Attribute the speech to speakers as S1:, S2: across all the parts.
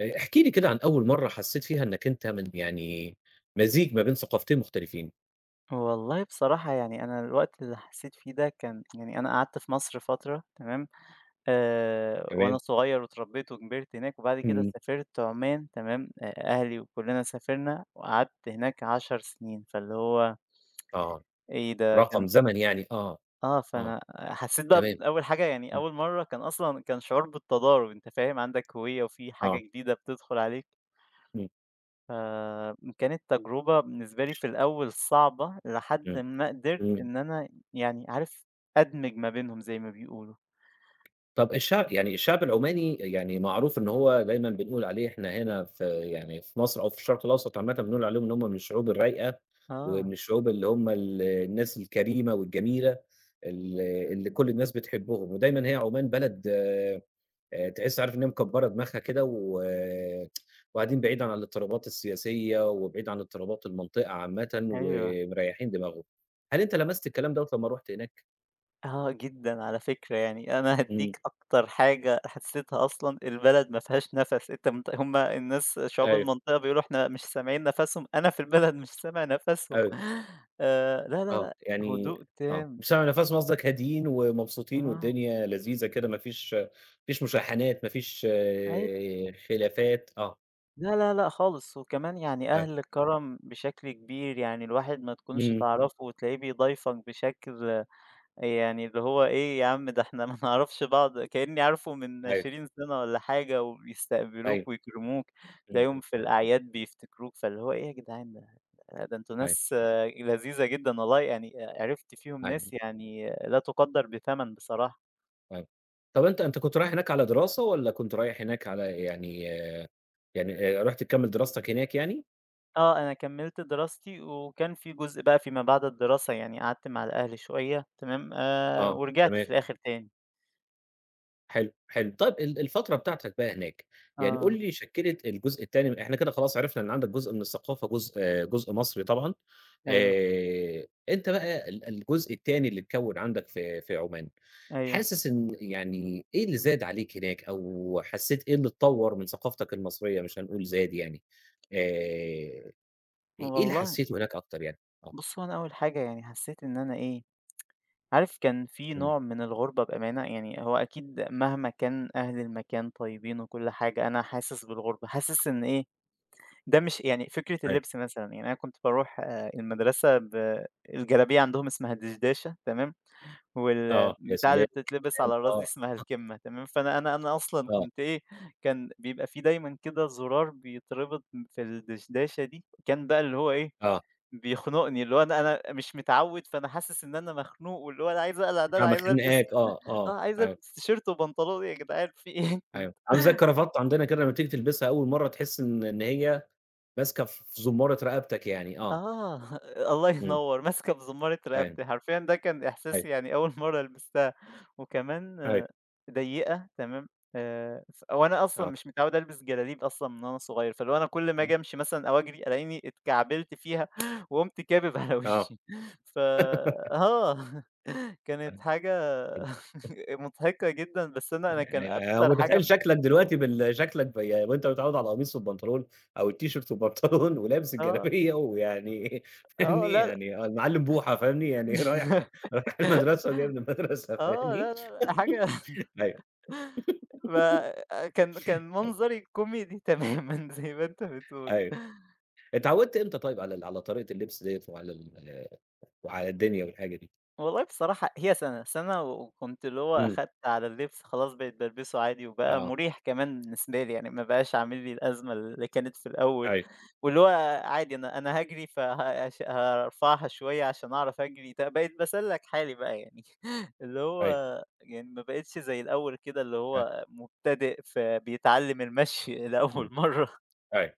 S1: احكِ لي كده عن أول مرّة حسّيت فيها إنّك أنت من يعني مزيج ما بين ثقافتين مختلفين،
S2: والله بصراحة يعني أنا الوقت اللي حسيت فيه ده كان يعني أنا قعدت في مصر فترة تمام. وأنا
S1: تمام،
S2: صغير واتربيت وكبرت هناك، وبعد كده
S1: إمم،
S2: سافرت عمان تمام. أهلي وكلنا سافرنا وقعدت هناك 10 سنين، فاللي هو
S1: آه،
S2: إيه ده كان.
S1: رقم زمن يعني آه، آه،
S2: فأنا حسيت بقى
S1: تمام،
S2: أول حاجة، يعني
S1: إمم،
S2: أول مرة كان أصلا كان شعور بالتضارب، أنت فاهم عندك هوية وفي حاجة
S1: آه،
S2: جديدة بتدخل عليك.
S1: إمم،
S2: كانت تجربة بالنسبة لي في الأول صعبة، لحد
S1: إمم،
S2: ما قدرت
S1: إمم،
S2: إن أنا يعني عارف أدمج ما بينهم زي ما بيقولوا.
S1: طَب الشعب يعني الشعب العُماني يعني معروف إن هو دايمًا بنقول عليه إحنا هنا في يعني في مصر أو في الشرق الأوسط عامةً بنقول عليهم إن هم من الشعوب الرايقة، ومن
S2: آه،
S1: الشعوب اللي هم الناس الكريمة والجميلة ال اللي كل الناس بتحبهم، ودايمًا هي عمان بلد تحس عارف إن هي مكبّرة دماغها كده وقاعدين بعيد عن الاضطرابات السياسية، وبعيد عن اضطرابات المنطقة عامةً،
S2: أيوه،
S1: ومريّحين دماغهم. هل أنت لمست الكلام دوّة لمّا رُحت هناك؟
S2: آه جدًا على فكرة، يعني أنا
S1: إمم،
S2: هادّيك أكتر حاجة حسيتها أصلًا، البلد ما فيهاش نَفَس، أنت مت هُم الناس شعوب
S1: أيوه،
S2: المنطقة بيقولوا إحنا مش سامعين نَفَسهم، أنا في البلد مش سامع نَفَسهم.
S1: أيوه،
S2: لا، لا،
S1: آه،
S2: لأ،
S1: يعني
S2: هدوء
S1: آه،
S2: تام.
S1: بسبب نفسهم قصدك هاديين ومبسوطين
S2: آه،
S1: والدنيا لذيذة كده، ما فيش مشاحنات، ما فيش
S2: أيوه.
S1: خلافات، آه،
S2: لا، لا، لأ خالص، وكمان يعني
S1: أيوه،
S2: أهل كَرَم بشكل كبير، يعني الواحد ما تكونش
S1: إمم،
S2: تعرفه وتلاقيه بيضايفك بشكل يعني اللي هو إيه يا عم، ده إحنا ما نعرفش بعض، كإني عارفه من
S1: أيوه،
S2: 20 سَنة والّا حاجة،
S1: أيوه،
S2: وبيستقبلوك ويكرموك،
S1: إمم،
S2: تلاقيهم في الأعياد بيفتكروك، فاللي هو إيه يا جدعان ده. ده أنتم
S1: أيوه،
S2: ناس لذيذة جدًا والله، يعني عرفت فيهم ناس
S1: أيوه.
S2: يعني لا تُقدَّر بثمن بصراحة.
S1: طيب. طب أنت كنت رايح هناك على دراسة والّا كنت رايح هناك على يعني آه، رُحت تكمّل دراستك هناك يعني؟
S2: آه، أنا كمّلت دراستي، وكان في جزء بقى فيما بعد الدراسة، يعني قعدت مع الأهل شوية تمام،
S1: آه،
S2: ورجعت
S1: تمام،
S2: في الآخر تاني.
S1: حلو، حلو. طيب الفترة بتاعتك بقى هناك، يعني قُل
S2: آه،
S1: لي شكِّلت الجزء التاني إحنا كده خلاص عرفنا إن عندك جزء من الثقافة، جزء آه، جزء مصري طبعًا،
S2: أيوه،
S1: أنت بقى الجزء التاني اللي اتكوّن عندك في عمان،
S2: أيوه،
S1: حاسس إن يعني إيه اللي زاد عليك هناك أو حسّيت إيه اللي اتطوّر من ثقافتك المصرية مش هنقول زاد يعني؟ آآ إيه اللي
S2: والله
S1: حسّيته هناك أكتر يعني؟ آه،
S2: بُص، هو أنا أول حاجة يعني حسّيت إن أنا إيه، عارف كان في
S1: إمم،
S2: نوع من الغُربة بأمانة، يعني هو أكيد مهما كان أهل المكان طيبين وكل حاجة، أنا حاسس بالغُربة، حاسس إن إيه، ده مش يعني فكرة
S1: أيوه،
S2: اللبس مثلًا، يعني أنا كنت باروح المدرسة ب الجلابية عندهم اسمها الدشداشة تمام؟
S1: آه، يا
S2: والبتاعة اللي
S1: سلام!
S2: بتتلبس على الراس دي
S1: آه،
S2: اسمها الكمّة تمام، فأنا أنا أنا أصلًا
S1: آه،
S2: كنت إيه، كان بيبقى في دايمًا كده زرار بيتربط في الدشداشة دي، كان بقى اللي هو إيه،
S1: آه،
S2: بيخنقني، اللي هو أنا مش متعوّد، فأنا حاسس إن أنا مخنوق، واللي هو أنا عايز أقلع ده، أنا
S1: بتاع
S2: عايز ألبس.
S1: مخنّقاك آه، آه،
S2: عايز
S1: أيوه،
S2: ألبس تيشيرت وبنطلون إيه يا جدعان في إيه؟
S1: أيوه، عامل زي الكرافتة عندنا كده لمّا بتيجي تلبسها أول مرّة تحس إن هي ماسكة في زمارة رقبتك يعني، آه،
S2: آه، الله
S1: إمم،
S2: ينوّر، ماسكة بزمارة
S1: أيوه،
S2: رقبتي، حرفيًا ده كان
S1: أيوه،
S2: إحساسي يعني أول مرّة لبستها، وكمان
S1: أيوه،
S2: ضيّقة تمام، ف وأنا أصلًا
S1: آه،
S2: مش متعوّد ألبس جلاليب أصلًا من وأنا صغير، فاللي هو أنا كل ما آجي أمشي مثلًا أو أجري ألاقيني اتكعبلت فيها وقُمت كابب على
S1: آه،
S2: وشّي، ف آه، كانت
S1: أيوه،
S2: حاجة مضحكة جدًا، بس أنا أنا
S1: أيوه،
S2: كان
S1: يعني أنا
S2: أكتر حاجة
S1: متخيّل
S2: م
S1: شكلك دلوقتي شكلك يعني وأنت متعوّد على القميص والبنطلون أو التيشيرت والبنطلون ولابس
S2: آه،
S1: الجلابية ويعني
S2: آه،
S1: فاهمني،
S2: لأ،
S1: يعني آه، المعلّم بوحة فاهمني، يعني رايح رايح المدرسة وجاي من المدرسة
S2: آه،
S1: فاهمني،
S2: لا، لا، لأ، حاجة
S1: أيوه،
S2: ما كان منظري كوميدي تمامًا زي ما أنت بتقول.
S1: أيوه. اتعوّدت إمتى طيب على على طريقة اللبس ديّة وعلى وعلى الدنيا والحاجة دي؟
S2: والله بصراحة هي سَنة وكنت اللي هو
S1: إمم،
S2: أخدت على اللبس خلاص، بقيت بالبسه عادي وبقى
S1: آه،
S2: مُريح كمان بالنسبة لي، يعني ما بقاش عامل لي الأزمة اللي كانت في الأول،
S1: أيوه،
S2: واللي هو عادي أنا هاجري هش هارفعها شوية عشان أعرف أجري، ده بقيت باسلّك حالي بقى يعني اللي هو
S1: أيوه،
S2: يعني ما بقيتش زي الأول كده اللي
S1: آه،
S2: هو مبتدئ فبيتعلم المشي لأول
S1: إمم،
S2: مرة.
S1: أيوه.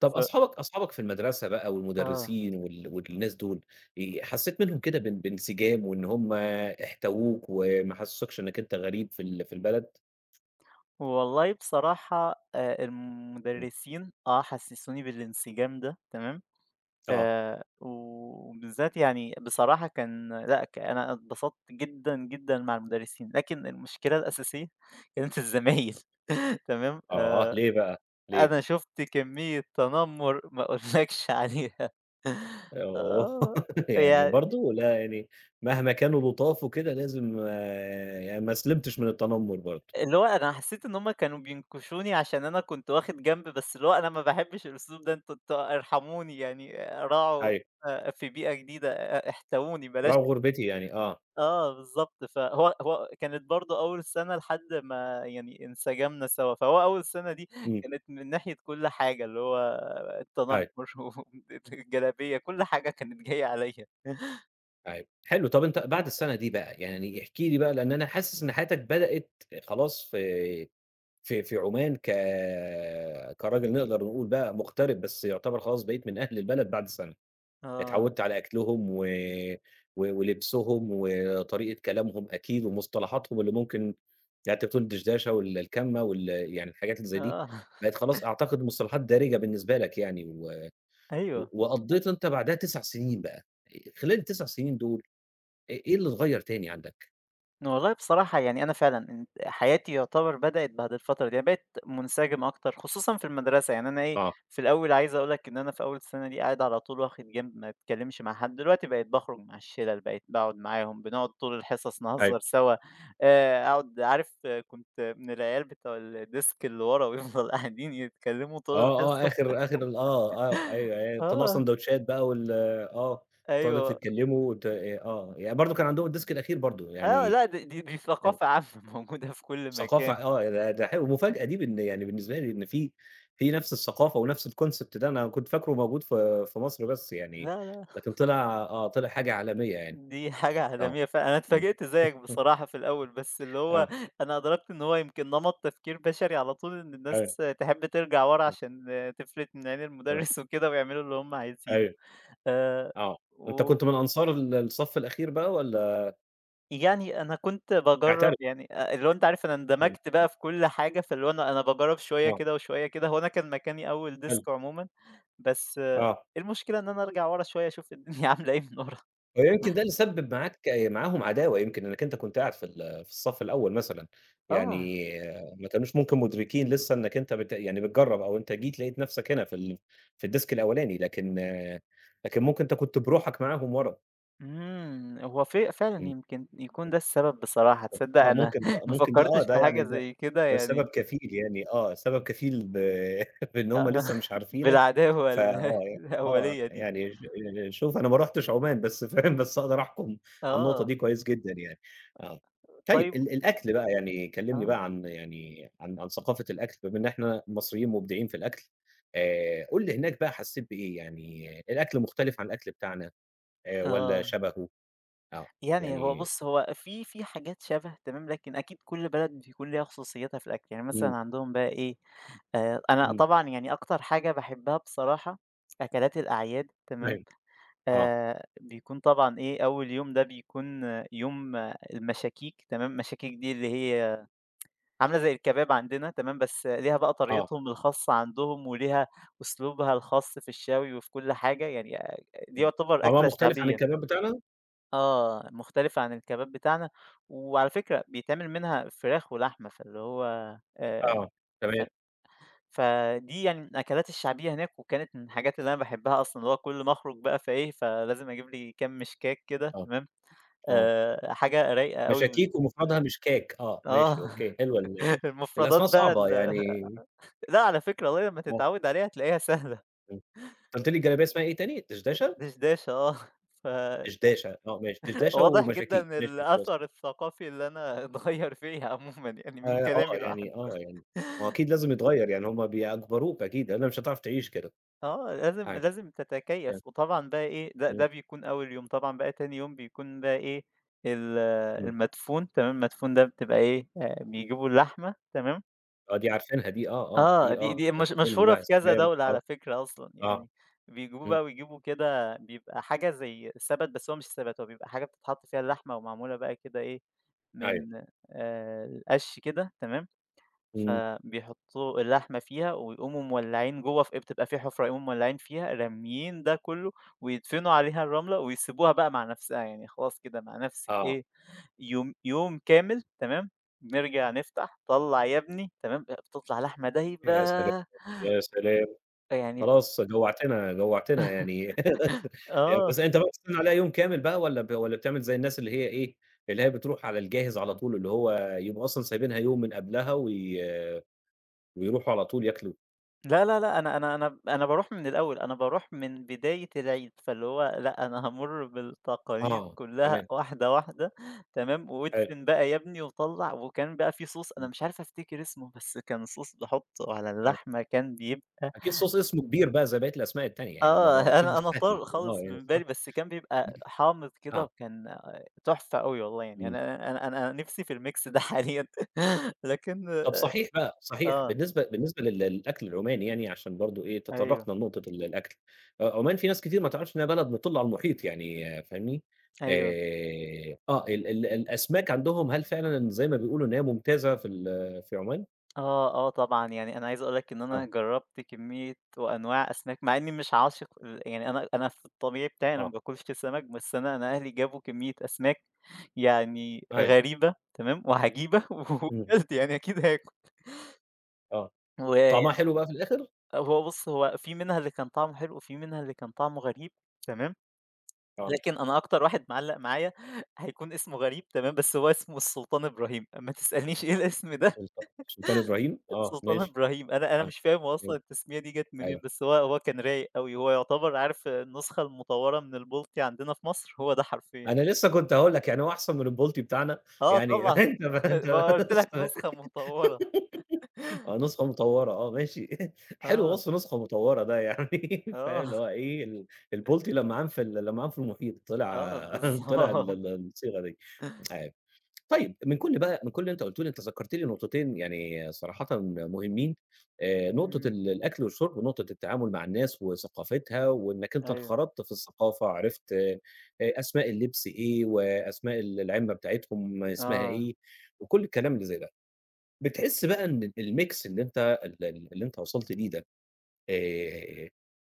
S1: طب
S2: ف
S1: أصحابك في المدرسة بقى
S2: آه.
S1: والمدرسين والناس دول، حسّيت منهم كده بانسجام وإن هم احتووك وما حسّسوكش إنّك أنت غريب في البلد؟
S2: والله بصراحة
S1: إمم.
S2: المُدرّسين حسّسوني بالانسجام ده تمام،
S1: آه.
S2: وبالذات يعني بصراحة كان لأ أنا اتبسطت جدًا، جدًا مع المُدرّسين، لكن المشكلة الأساسية كانت الزمايل. تمام،
S1: آه، ليه بقى؟ ليه؟
S2: أنا شُفت كمية تنمُّر ما أقولكش عليها.
S1: أوه!
S2: آه،
S1: يعني
S2: يع
S1: برضه لا يعني مهما كانوا لُطاف وكده لازم آه، يعني ما سلمتش من التنمر برضه.
S2: اللي هو أنا حسيت إن هُم كانوا بينكشوني عشان أنا كنت واخد جنب، بس اللي هو أنا ما باحبش الأسلوب ده، أنتم ارحموني يعني راعوا.
S1: أيوه.
S2: في بيئة جديدة احتووني بلاش.
S1: رغم غُربتي يعني آه.
S2: آه بالضبط، فهو كانت برضه أول سنة لحد ما يعني انسجمنا سوا، فهو أول سنة دي
S1: إمم.
S2: كانت من ناحية كل حاجة، اللي هو التنمر
S1: أيوه،
S2: والجلابية كل حاجة كانت جاية عليَّ.
S1: أيوه. حلو، طب أنت بعد السنة دي بقى، يعني احكِ لي بقى لإن أنا حاسس إن حياتك بدأت خلاص في في عمان كراجل نقدر نقول بقى مغترب، بس يعتبر خلاص بقيت من أهل البلد بعد سَنة،
S2: آه،
S1: اتعوّدت على أكلهم و و ولبسهم وطريقة كلامهم أكيد ومصطلحاتهم اللي ممكن يعني أنت بتقول الدشداشة الكَمّة يعني الحاجات اللي زي دي،
S2: آه،
S1: بقت خلاص أعتقد مصطلحات دارجة بالنسبة لك يعني و
S2: أيوه.
S1: وقضّيت أنت بعدها 9 سنين بقى، خلال ال9 سنين دول إيه اللي اتغيّر تاني عندك؟
S2: والله بصراحة يعني أنا فعلًا انت حياتي يعتبر بدأت بعد الفترة دي، أنا بقيت منسجم أكتر خصوصًا في المدرسة، يعني أنا إيه،
S1: آه،
S2: في الأول عايز أقول لك إن أنا في أول سنة دي قاعد على طول واخد جنب ما اتكلمش مع حد، دلوقتي بقيت باخرج مع الشِلَل، بقيت باقعد معاهم، بنقعد طول الحصص
S1: أيوه.
S2: نهزر سوا، أقعد عارف. كنت من العيال بتوع الديسك اللي ورا ويفضل قاعدين يتكلموا طول
S1: آه، آه،
S2: الحصة.
S1: آخر آه، آه، أيوه، أيوه، تطلّعوا
S2: آه،
S1: ساندوتشات بقى وال آه، تقعدوا
S2: أيوه،
S1: تتكلّموا وت آه، آه، يعني برضه كان عندهم الديسك الأخير برضه،
S2: آه
S1: يعني
S2: لأ، دي
S1: كان
S2: ثقافة عامة موجودة في كل
S1: ثقافة
S2: مكان،
S1: آه، ده حلو المفاجأة دي بإن يعني بالنسبة لي إن في نَفْس الثقافة ونَفْس الconcept ده أنا كنت فاكره موجود في مصر بس يعني،
S2: لا، لا.
S1: لكن طلع آه، طلع حاجة عالمية يعني،
S2: دي حاجة
S1: آه،
S2: آدمية فعلًا، أنا
S1: إمم،
S2: اتفاجئت زيك
S1: إمم،
S2: بصراحة في الأول، بس اللي هو
S1: آه،
S2: أنا أدركت إن هو يمكن نمط تفكير بشري على طول، إن
S1: أيوه،
S2: الناس تحب ترجع ورا
S1: إمم،
S2: عشان تفلت من عين
S1: آه،
S2: المدرس وكده ويعملوا اللي هم عايزينه.
S1: أيوه،
S2: آآ
S1: آه، أنت
S2: و
S1: كنت من أنصار الصف الأخير بقى والّا؟
S2: يعني أنا كنت باجرّب
S1: اعترف
S2: يعني اللي هو أنت عارف أنا
S1: يعني،
S2: اندمجت بقى في كل حاجة، فاللي هو أنا أنا باجرّب شوية
S1: آه،
S2: كده وشوية كده، هو أنا كان مكاني أول
S1: حلو،
S2: ديسك عمومًا، بس
S1: آه.
S2: المشكلة إن أنا أرجع ورا شوية أشوف الدنيا عاملة إيه من ورا.
S1: ويمكن ده اللي سبب معاك معاهم عداوة يمكن إنك أنت كنت قاعد في في الصف الأول مثلًا،
S2: آه.
S1: يعني ما كانوش ممكن مدركين لسه إنك أنت يعني بتجرّب أو أنت جيت لقيت نفسك هنا في في الديسك الأولاني، لكن ممكن أنت كنت بروحك معاهم ورا.
S2: إمم، هو فعلًا
S1: إمم.
S2: يمكن يكون ده السبب بصراحة، تصدّق
S1: آه،
S2: أنا
S1: ممكن ده
S2: ما
S1: ممكن ده
S2: فكّرتش
S1: ده
S2: في حاجة
S1: يعني ده
S2: زي كده
S1: ده
S2: يعني.
S1: سبب كفيل يعني آه، سبب كفيل بإن هم
S2: آه،
S1: لسه مش عارفينك،
S2: بالعداوة
S1: يعني آه،
S2: الأولية دي،
S1: يعني ش شوف أنا ما رُحتش عمان بس فاهم، بس أقدر أحكم على النقطة
S2: آه،
S1: دي كويس جدًا يعني، آه. طيب
S2: طيب
S1: الأكل بقى يعني كلّمني
S2: آه،
S1: بقى عن يعني عن ثقافة الأكل بما إن إحنا مصريين مبدعين في الأكل، قُل لي هناك بقى حسّيت بإيه، يعني الأكل مختلف عن الأكل بتاعنا والّا
S2: آه،
S1: شبهه؟ آه،
S2: يعني هو
S1: يعني
S2: بُص، هو في حاجات شَبه تمام، لكن أكيد كُلّ بلد بيكون ليها خصوصيتها في الأكل، يعني مثلًا
S1: إمم،
S2: عندهم بقى إيه، أنا
S1: إمم،
S2: طبعًا يعني أكتر حاجة باحبها بصراحة أكلات الأعياد تمام.
S1: أيوه، آه،
S2: بيكون طبعًا إيه، أول يوم ده بيكون يوم المشاكيك تمام، مشاكيك دي اللي هي عاملة زي الكباب عندنا تمام، بس ليها بقى
S1: آه.
S2: طريقتهم الخاصة عندهم، وليها أسلوبها الخاص في الشوي وفي كل حاجة، يعني دي
S1: إمم.
S2: يعتبر
S1: طعمها
S2: أكلة
S1: مختلف عن
S2: شعبية.
S1: الكباب بتاعنا؟
S2: آه، مختلفة عن الكباب بتاعنا، وعلى فكرة بيتعمل منها فراخ ولحمة، فاللي هو آآ،
S1: آه،
S2: ف
S1: تمام،
S2: فدي يعني من الأكلات الشعبية هناك، وكانت من الحاجات اللي أنا باحبها أصلًا، اللي هو كل ما أخرج بقى فإيه، فلازم أجيب لي كام مشكاك كده
S1: آه،
S2: تمام.
S1: آه.
S2: حاجة رايقة
S1: مش
S2: أوي
S1: أكيك ومفردها مش كاك، آه، ماشي
S2: آه،
S1: أوكي، حلوة
S2: المفردات
S1: الأسماء
S2: بقى
S1: صعبة يعني
S2: لأ على فكرة والله لمّا
S1: آه،
S2: تتعود عليها هتلاقيها سهلة.
S1: إمم. أنت قُلت لي الجلابية اسمها إيه تاني؟ دشداشة؟
S2: دشداشة آه،
S1: دشداشة، آه ماشي، دشداشة
S2: فواضح
S1: ومشاكيك،
S2: جدًا
S1: ماشي خلاص.
S2: الأثر الثقافي اللي أنا اتغيّر فيّا عمومًا يعني من كلامي لوحده.
S1: يعني ما هو أكيد لازم يتغيّر، يعني هم بيأجبروك أكيد، لإنّك مش هتعرف تعيش كده
S2: آه، لازم
S1: عادي
S2: لازم
S1: يعني،
S2: تتكيّف، وطبعًا بقى إيه، ده
S1: إمم،
S2: ده بيكون أول يوم، طبعًا بقى تاني يوم بيكون بقى إيه، ال
S1: إمم.
S2: المدفون تمام، المدفون ده بتبقى إيه، بيجيبوا اللحمة تمام.
S1: آه، دي عارفينها دي آه، آه،
S2: آه،
S1: دي
S2: دي
S1: آه،
S2: دي مش
S1: بتكون
S2: مشهورة
S1: لأ، يا
S2: في كذا
S1: سلام،
S2: دولة
S1: آه،
S2: على فكرة أصلًا،
S1: آه،
S2: يعني بيجيبوه
S1: إمم،
S2: بقى ويجيبوا كده بيبقى حاجة زي سَبَت، بس هو مش سَبَت، هو بيبقى حاجة بتتحط فيها اللحمة ومعمولة بقى كده إيه،
S1: أيوه،
S2: من القش كده تمام،
S1: إمم،
S2: فبيحطّوا اللحمة فيها ويقوموا مولّعين جوّه في إيه، بتبقى في حُفرة يقوموا مولّعين فيها، راميين ده كُلّه ويدفنوا عليها الرملة ويسيبوها بقى مع نَفْسها، يعني خلاص كده مع نَفْسِك
S1: آه،
S2: إيه، يوم كامل تمام، نرجع نفتح طلّع يا ابني تمام، بتطلع لحمة دايبة،
S1: يا سلام، يا سلام!
S2: فيعني
S1: خلاص جوّعتنا، جوّعتنا يعني يعني
S2: آه.
S1: بس أنت بقى بتستنى عليها يوم كامل بقى والّا والّا بتعمل زي الناس اللي هي إيه، اللي هي بتروح على الجاهز على طول، اللي هو يبقوا أصلًا سايبينها يوم من قبلها ويروحوا على طول ياكلوا؟
S2: لا، لا، لأ، أنا باروح من الأول، أنا باروح من بداية العيد، فاللي هو لأ، أنا هامُر
S1: آه،
S2: بالتقاليد كلّها
S1: تمام،
S2: واحدة، واحدة، تمام،
S1: حلو،
S2: وادفن بقى يا ابني وطلّع، وكان بقى في صوص
S1: إمم،
S2: أنا مش عارف أفتكر اسمه، بس كان صوص باحطّه على
S1: تمام.
S2: اللحمة كان بيبقى
S1: أكيد صوص اسمه كبير بقى زي بقية الأسماء التانية يعني، ما
S2: آه،
S1: هو أكيد مش
S2: أنا أنا
S1: سهل،
S2: طار
S1: آه
S2: خالص
S1: يعني
S2: من
S1: صح؟
S2: بالي، بس كان بيبقى حامض كده
S1: آه،
S2: وكان آه، تحفة أوي والله يعني،
S1: إمم.
S2: أنا نِفْسي في الmix ده حاليًا. لكن
S1: طب صحيح بقى، صحيح
S2: آه،
S1: بالنسبة للأكل العماني يعني عشان برضه إيه،
S2: أيوه،
S1: تطرقنا لنقطة الأكل، عمان في ناس كتير ما تعرفش إنها بلد بتطل على المحيط يعني فاهمني؟
S2: أيوه.
S1: آه ال ال الأسماك عندهم هل فعلًا زي ما بيقولوا إن هي ممتازة في في عمان؟
S2: آه، آه طبعًا، يعني أنا عايز أقول لك إن
S1: آه،
S2: أنا جرّبت كمية وأنواع أسماك، مع إني مش عاشق ال يعني أنا أنا في الطبيعي بتاعي أنا ما
S1: آه،
S2: باكلش سمك، بس أنا أنا أهلي جابوا كمية أسماك يعني
S1: أيوه،
S2: غريبة تمام، وعجيبة
S1: إمم،
S2: وكلت يعني أكيد هاكل،
S1: آه، طعمها
S2: ويعني
S1: حلو بقى في الآخر؟
S2: هو بُص، هو في منها اللي كان طعمه حلو، وفي منها اللي كان طعمه غريب تمام،
S1: آه،
S2: لكن أنا أكتر واحد معلّق معايا هيكون اسمه غريب تمام، بس هو اسمه السلطان إبراهيم، ما تسألنيش إيه الاسم ده.
S1: سلطان إبراهيم، آه
S2: سلطان
S1: ماشي،
S2: إبراهيم، أنا أنا
S1: آه،
S2: مش فاهم هو
S1: إمم،
S2: أصلًا التسمية دي جات منين،
S1: أيوه،
S2: بس هو كان رايق أوي، هو يعتبر عارف النسخة المطوّرة من البلطي عندنا في مصر، هو ده حرفيًا.
S1: أنا لسه كنت هاقول لك يعني هو أحسن من البلطي بتاعنا
S2: آه
S1: يعني
S2: طبعًا،
S1: أنت ب أنت
S2: ما قُلت
S1: بس
S2: لك نسخة مطوّرة.
S1: آه، نسخة مطوّرة آه، ماشي حلو
S2: آه،
S1: وصف نسخة مطوّرة ده يعني فاهم
S2: آه،
S1: اللي هو إيه، البلطي لمّا عام في المحيط
S2: آه
S1: طلع طلع ال
S2: بالضبط.
S1: ال الصيغة دي. آه، طيب من كل بقى من كل اللي أنت قُلته لي أنت ذكّرت لي نقطتين يعني صراحةً مهمين، نقطة
S2: إمم،
S1: الأكل والشرب ونقطة التعامل مع الناس وثقافتها وإنّك أنت
S2: أيوه،
S1: انخرطت في الثقافة، عرفت أسماء اللبس إيه وأسماء العِمة بتاعتهم اسمها
S2: آه.
S1: إيه وكل الكلام اللي زي ده. بتحس بقى إن الميكس اللي أنت ال ال اللي أنت وصلت ليه ده آآ،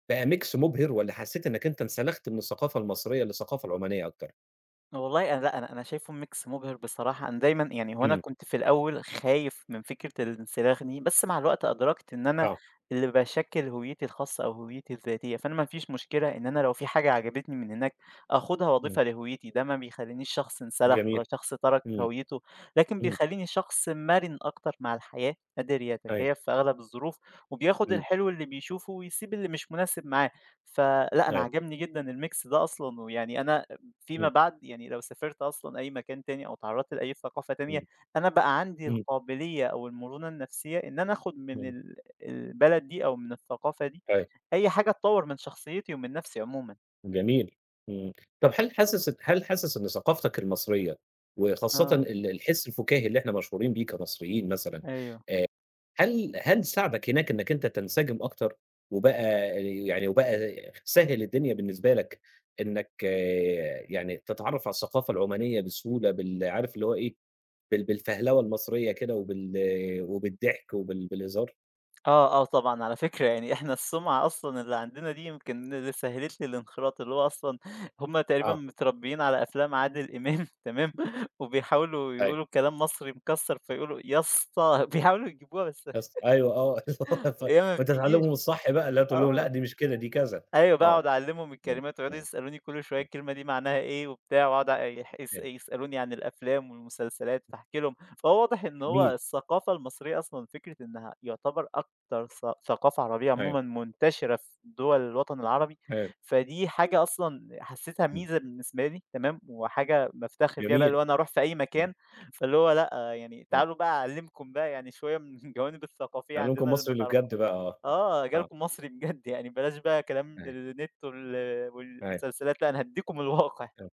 S1: بقى ميكس مُبهِر والّا حسّيت إنّك أنت انسلخت من الثقافة المصرية للثقافة العُمانية أكتر؟
S2: والله أنا لأ، أنا أنا شايفه mix مُبهِر بصراحة، أنا دايمًا يعني هو أنا
S1: إمم،
S2: كنت في الأول خايف من فكرة الانسلاخ دي، بس مع الوقت أدركت إن أنا
S1: آه،
S2: اللي باشكِّل هويتي الخاصة أو هويتي الذاتية، فأنا ما فيش مشكلة إن أنا لو في حاجة عجبتني من هناك آخُدها
S1: إمم،
S2: وأضيفها لهويتي، ده ما بيخلّينيش شخص انسلخ ولا
S1: جميل،
S2: شخص ترك
S1: إمم،
S2: هويته، لكن
S1: إمم،
S2: بيخلّيني شخص مرِن أكتر مع الحياة، قادر
S1: أيوه،
S2: يتكيّف في أغلب الظروف، وبياخُد
S1: إمم،
S2: الحلو اللي بيشوفه ويسيب اللي مش مناسب معاه، فلأ، أنا
S1: أيوه،
S2: عجبني جدًا الmix ده أصلًا، ويعني أنا فيما
S1: إمم،
S2: بعد يعني لو سافرت أصلًا أي مكان تاني أو اتعرّضت لأي ثقافة تانية،
S1: إمم،
S2: أنا بقى عندي
S1: إمم،
S2: القابلية أو المرونة النفسية إن أنا آخُد من
S1: إمم،
S2: البلد دي أو من الثقافة دي
S1: أيوه،
S2: أي حاجة تطوّر من شخصيتي ومن نَفْسي عمومًا.
S1: جميل، إمم، طَب هل حاسس إن ثقافتك المصرية وخاصةً
S2: آه،
S1: الحِس الفُكاهي اللي إحنا مشهورين بيه كمصريين مثلًا
S2: أيوه.
S1: هل ساعدك هناك إنك أنت تنسجم أكتر، وبقى وبقى سهِّل الدنيا بالنسبة لك إنك آه، يعني تتعرّف على الثقافة العُمانية بسهولة عارف اللي هو إيه، بالفهلوة المصرية كده وبالضحك بالهزار؟
S2: آه، آه طبعًا على فكرة، يعني إحنا السُمعة أصلًا اللي عندنا دي يمكن اللي سهِّلت لي الانخراط، اللي هو أصلًا هم تقريبًا
S1: آه،
S2: متربّيين على أفلام عادل إمام. تمام، وبيحاولوا
S1: أيوه.
S2: يقولوا كلام مصري مكسّر فيقولوا يا اسطى، بيحاولوا يجيبوها بس
S1: بس أيوه آه، اللي هو
S2: هي ما
S1: وأنت
S2: بتجيش.
S1: تعلّمهم الصح بقى، اللي هو تقول لهم لأ
S2: آه.
S1: دي مش كده دي كذا،
S2: أيوه بقى
S1: آه،
S2: أقعد أعلّمهم
S1: إمم،
S2: الكلمات ويقعدوا
S1: إمم،
S2: يسألوني كل شوية
S1: إمم،
S2: الكلمة دي معناها إيه وبتاع، وأقعد أ يح يس
S1: إمم،
S2: يسألوني عن الأفلام والمسلسلات فاحكي لهم، فهو واضح إن هو
S1: جميل،
S2: الثقافة المصرية أصلًا فكرة إنها يعتبر أكتر ثقافة عربية
S1: أيوه،
S2: عمومًا منتشرة في دول الوطن العربي،
S1: أيوه،
S2: فدي حاجة أصلًا حسيتها
S1: إمم،
S2: ميزة بالنسبة لي تمام، وحاجة بافتخر بيها بقى
S1: جميل،
S2: اللي هو أنا أروح في أي
S1: إمم،
S2: مكان، فاللي هو لأ يعني
S1: آه،
S2: تعالوا بقى أعلّمكم بقى يعني شوية من الجوانب الثقافية
S1: تعلّمكم
S2: عندنا اللي
S1: مصري
S2: ما
S1: اللي
S2: تعرف.
S1: بجد بقى آه،
S2: آه،
S1: آه،
S2: جالكم مصري بجد يعني بلاش بقى كلام
S1: أيوه،
S2: النت
S1: أيوه.
S2: والمسلسلات، لأ أنا هادّيكم الواقع.
S1: أيوه،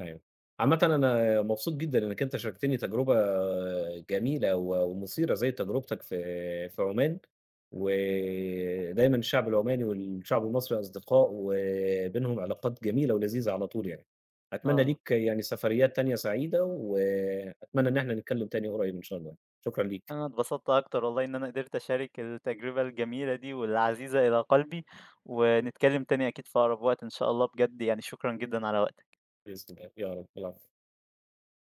S1: أيوه. عامةً أنا مبسوط جدًا إنّك أنت شاركتني تجربة جميلة ومثيرة زي تجربتك في عمان، ودايمًا الشعب العماني والشعب المصري أصدقاء، وبينهم علاقات جميلة ولذيذة على طول يعني. أتمنى
S2: آه.
S1: ليك يعني سفريات تانية سعيدة، وأتمنى إن إحنا نتكلم تاني قريب إن شاء الله. شكرًا ليك،
S2: أنا اتبسطت أكتر والله إن أنا قدرت أشارك التجربة الجميلة دي والعزيزة إلى قلبي، ونتكلم تاني أكيد في أقرب وقت إن شاء الله، بجد يعني شكرًا جدًا على وقتك.
S1: بإذن الله. يا رب، العفو.